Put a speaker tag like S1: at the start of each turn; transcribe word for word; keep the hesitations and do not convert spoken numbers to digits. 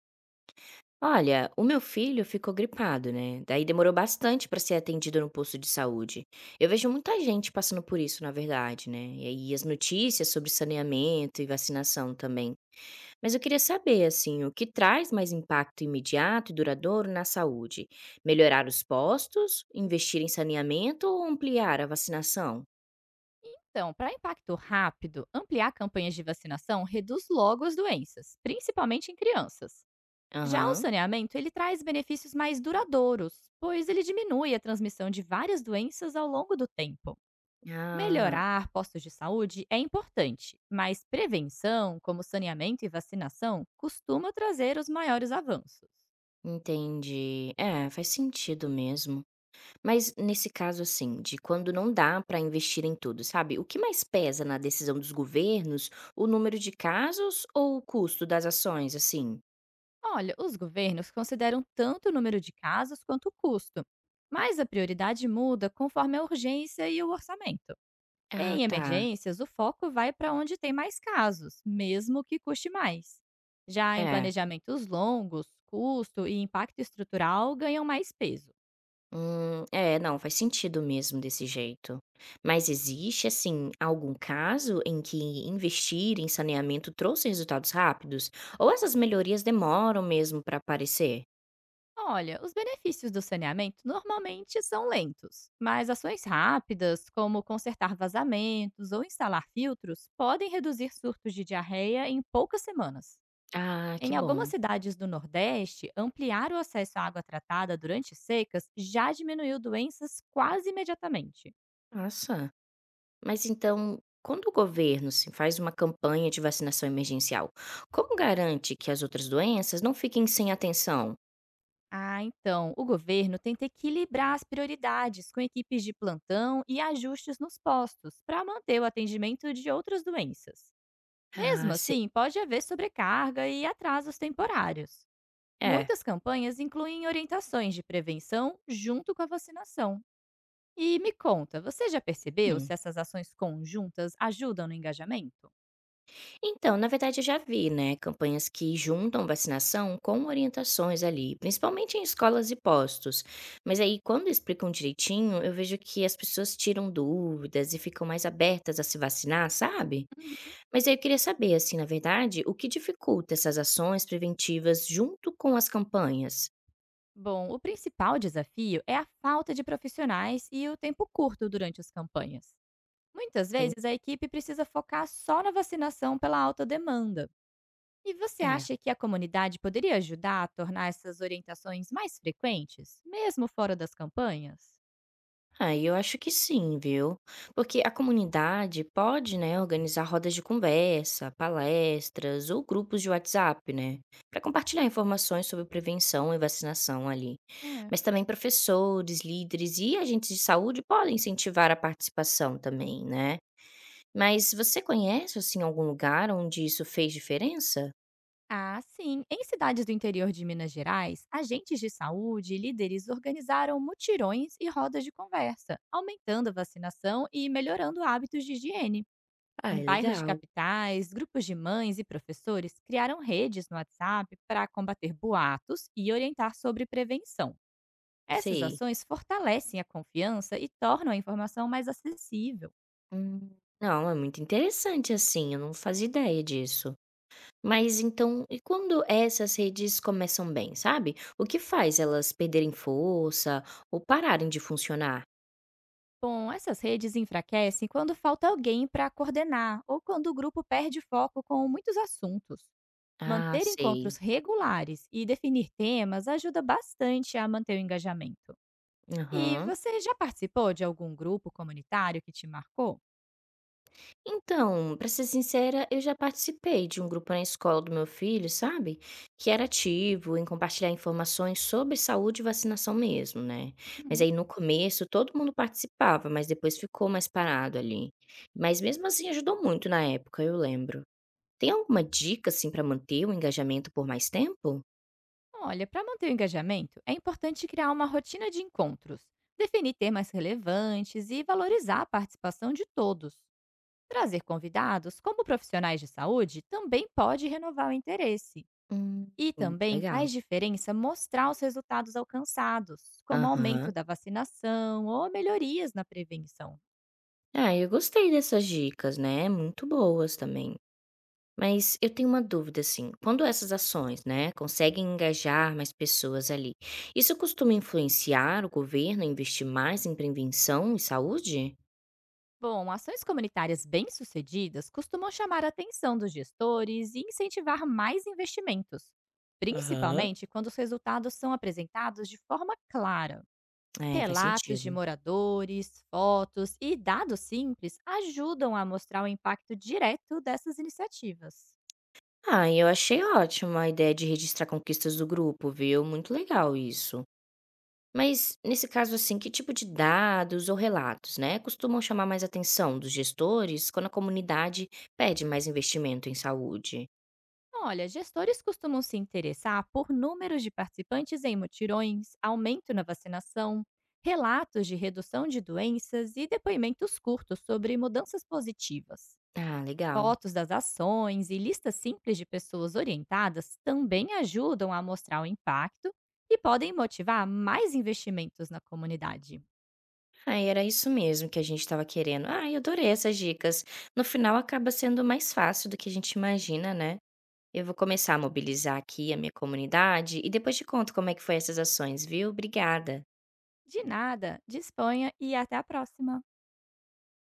S1: Olha, o meu filho ficou gripado, né? Daí demorou bastante para ser atendido no posto de saúde. Eu vejo muita gente passando por isso, na verdade, né? E aí as notícias sobre saneamento e vacinação também. Mas eu queria saber, assim, o que traz mais impacto imediato e duradouro na saúde? Melhorar os postos, investir em saneamento ou ampliar a vacinação?
S2: Então, para impacto rápido, ampliar campanhas de vacinação reduz logo as doenças, principalmente em crianças. Já o
S1: Aham.
S2: saneamento, ele traz benefícios mais duradouros, pois ele diminui a transmissão de várias doenças ao longo do tempo.
S1: Ah,
S2: Melhorar postos de saúde é importante, mas prevenção, como saneamento e vacinação, costuma trazer os maiores avanços.
S1: entendi. É, faz sentido mesmo. Mas nesse caso, assim, de quando não dá para investir em tudo, sabe? O que mais pesa na decisão dos governos, o número de casos ou o custo das ações, assim?
S2: Olha, os governos consideram tanto o número de casos quanto o custo, mas a prioridade muda conforme a urgência e o orçamento.
S1: Ah,
S2: Em
S1: tá.
S2: emergências, o foco vai para onde tem mais casos, mesmo que custe mais. Já em
S1: É.
S2: planejamentos longos, custo e impacto estrutural ganham mais peso.
S1: Hum, é, não, faz sentido mesmo desse jeito. Mas existe, assim, algum caso em que investir em saneamento trouxe resultados rápidos? Ou essas melhorias demoram mesmo para aparecer?
S2: Olha, os benefícios do saneamento normalmente são lentos, mas ações rápidas, como consertar vazamentos ou instalar filtros, podem reduzir surtos de diarreia em poucas semanas.
S1: Ah, que
S2: Em algumas
S1: bom.
S2: cidades do Nordeste, ampliar o acesso à água tratada durante secas já diminuiu doenças quase imediatamente.
S1: Nossa. Mas então, quando o governo se faz uma campanha de vacinação emergencial, como garante que as outras doenças não fiquem sem atenção?
S2: Ah, então, o governo tenta equilibrar as prioridades com equipes de plantão e ajustes nos postos para manter o atendimento de outras doenças.
S1: Ah,
S2: Mesmo
S1: sim.
S2: assim, pode haver sobrecarga e atrasos temporários.
S1: É.
S2: Muitas campanhas incluem orientações de prevenção junto com a vacinação. E me conta, você já percebeu se
S1: Hum.
S2: essas ações conjuntas ajudam no engajamento?
S1: Então, na verdade, eu já vi, né, campanhas que juntam vacinação com orientações ali, principalmente em escolas e postos. Mas aí, quando explicam direitinho, eu vejo que as pessoas tiram dúvidas e ficam mais abertas a se vacinar, sabe? Mas aí eu queria saber, assim, na verdade, o que dificulta essas ações preventivas junto com as campanhas?
S2: Bom, o principal desafio é a falta de profissionais e o tempo curto durante as campanhas. Muitas
S1: Tem
S2: vezes a equipe precisa focar só na vacinação pela alta demanda. E você
S1: é.
S2: acha que a comunidade poderia ajudar a tornar essas orientações mais frequentes, mesmo fora das campanhas?
S1: Ah, eu acho que sim, viu. Porque a comunidade pode, né, organizar rodas de conversa, palestras ou grupos de WhatsApp, né, para compartilhar informações sobre prevenção e vacinação ali.
S2: É.
S1: Mas também professores, líderes e agentes de saúde podem incentivar a participação também, né. Mas você conhece, assim, algum lugar onde isso fez diferença?
S2: Ah, sim. Em cidades do interior de Minas Gerais, agentes de saúde e líderes organizaram mutirões e rodas de conversa, aumentando a vacinação e melhorando hábitos de higiene.
S1: Ah,
S2: Em
S1: é
S2: bairros de
S1: legal.
S2: capitais, grupos de mães e professores criaram redes no WhatsApp para combater boatos e orientar sobre prevenção. Essas
S1: Sei.
S2: ações fortalecem a confiança e tornam a informação mais acessível.
S1: Hum, não, é muito interessante, assim, eu não fazia ideia disso. Mas então, e quando essas redes começam bem, sabe? O que faz elas perderem força ou pararem de funcionar?
S2: Bom, essas redes enfraquecem quando falta alguém para coordenar ou quando o grupo perde foco com muitos assuntos.
S1: Ah,
S2: Manter
S1: sei.
S2: encontros regulares e definir temas ajuda bastante a manter o engajamento. E
S1: Aham.
S2: você já participou de algum grupo comunitário que te marcou?
S1: Então, pra ser sincera, eu já participei de um grupo na escola do meu filho, sabe? Que era ativo em compartilhar informações sobre saúde e vacinação mesmo, né? Mas aí no começo todo mundo participava, mas depois ficou mais parado ali. Mas mesmo assim ajudou muito na época, eu lembro. Tem alguma dica, assim, para manter o engajamento por mais tempo?
S2: Olha, para manter o engajamento, é importante criar uma rotina de encontros, definir temas relevantes e valorizar a participação de todos. Trazer convidados, como profissionais de saúde, também pode renovar o interesse.
S1: Hum.
S2: E
S1: Hum,
S2: também
S1: legal.
S2: faz diferença mostrar os resultados alcançados, como
S1: Aham.
S2: aumento da vacinação ou melhorias na prevenção.
S1: Ah, eu gostei dessas dicas, né, muito boas também. Mas eu tenho uma dúvida, assim, quando essas ações, né, conseguem engajar mais pessoas ali, isso costuma influenciar o governo a investir mais em prevenção e saúde?
S2: Bom, ações comunitárias bem-sucedidas costumam chamar a atenção dos gestores e incentivar mais investimentos,
S1: Aham.
S2: principalmente quando os resultados são apresentados de forma clara.
S1: É, faz
S2: Relatos de
S1: sentido.
S2: moradores, fotos e dados simples ajudam a mostrar o impacto direto dessas iniciativas.
S1: Ah, e eu achei ótima a ideia de registrar conquistas do grupo, viu? Muito legal isso. Mas, nesse caso, assim, que tipo de dados ou relatos, né, costumam chamar mais atenção dos gestores quando a comunidade pede mais investimento em saúde?
S2: Olha, gestores costumam se interessar por números de participantes em mutirões, aumento na vacinação, relatos de redução de doenças e depoimentos curtos sobre mudanças positivas.
S1: Ah, legal.
S2: Fotos das ações e listas simples de pessoas orientadas também ajudam a mostrar o impacto e podem motivar mais investimentos na comunidade.
S1: Ah, era isso mesmo que a gente estava querendo. Ah, eu adorei essas dicas. No final, acaba sendo mais fácil do que a gente imagina, né? Eu vou começar a mobilizar aqui a minha comunidade e depois te conto como é que foi essas ações, viu? Obrigada.
S2: De nada, disponha e até a próxima!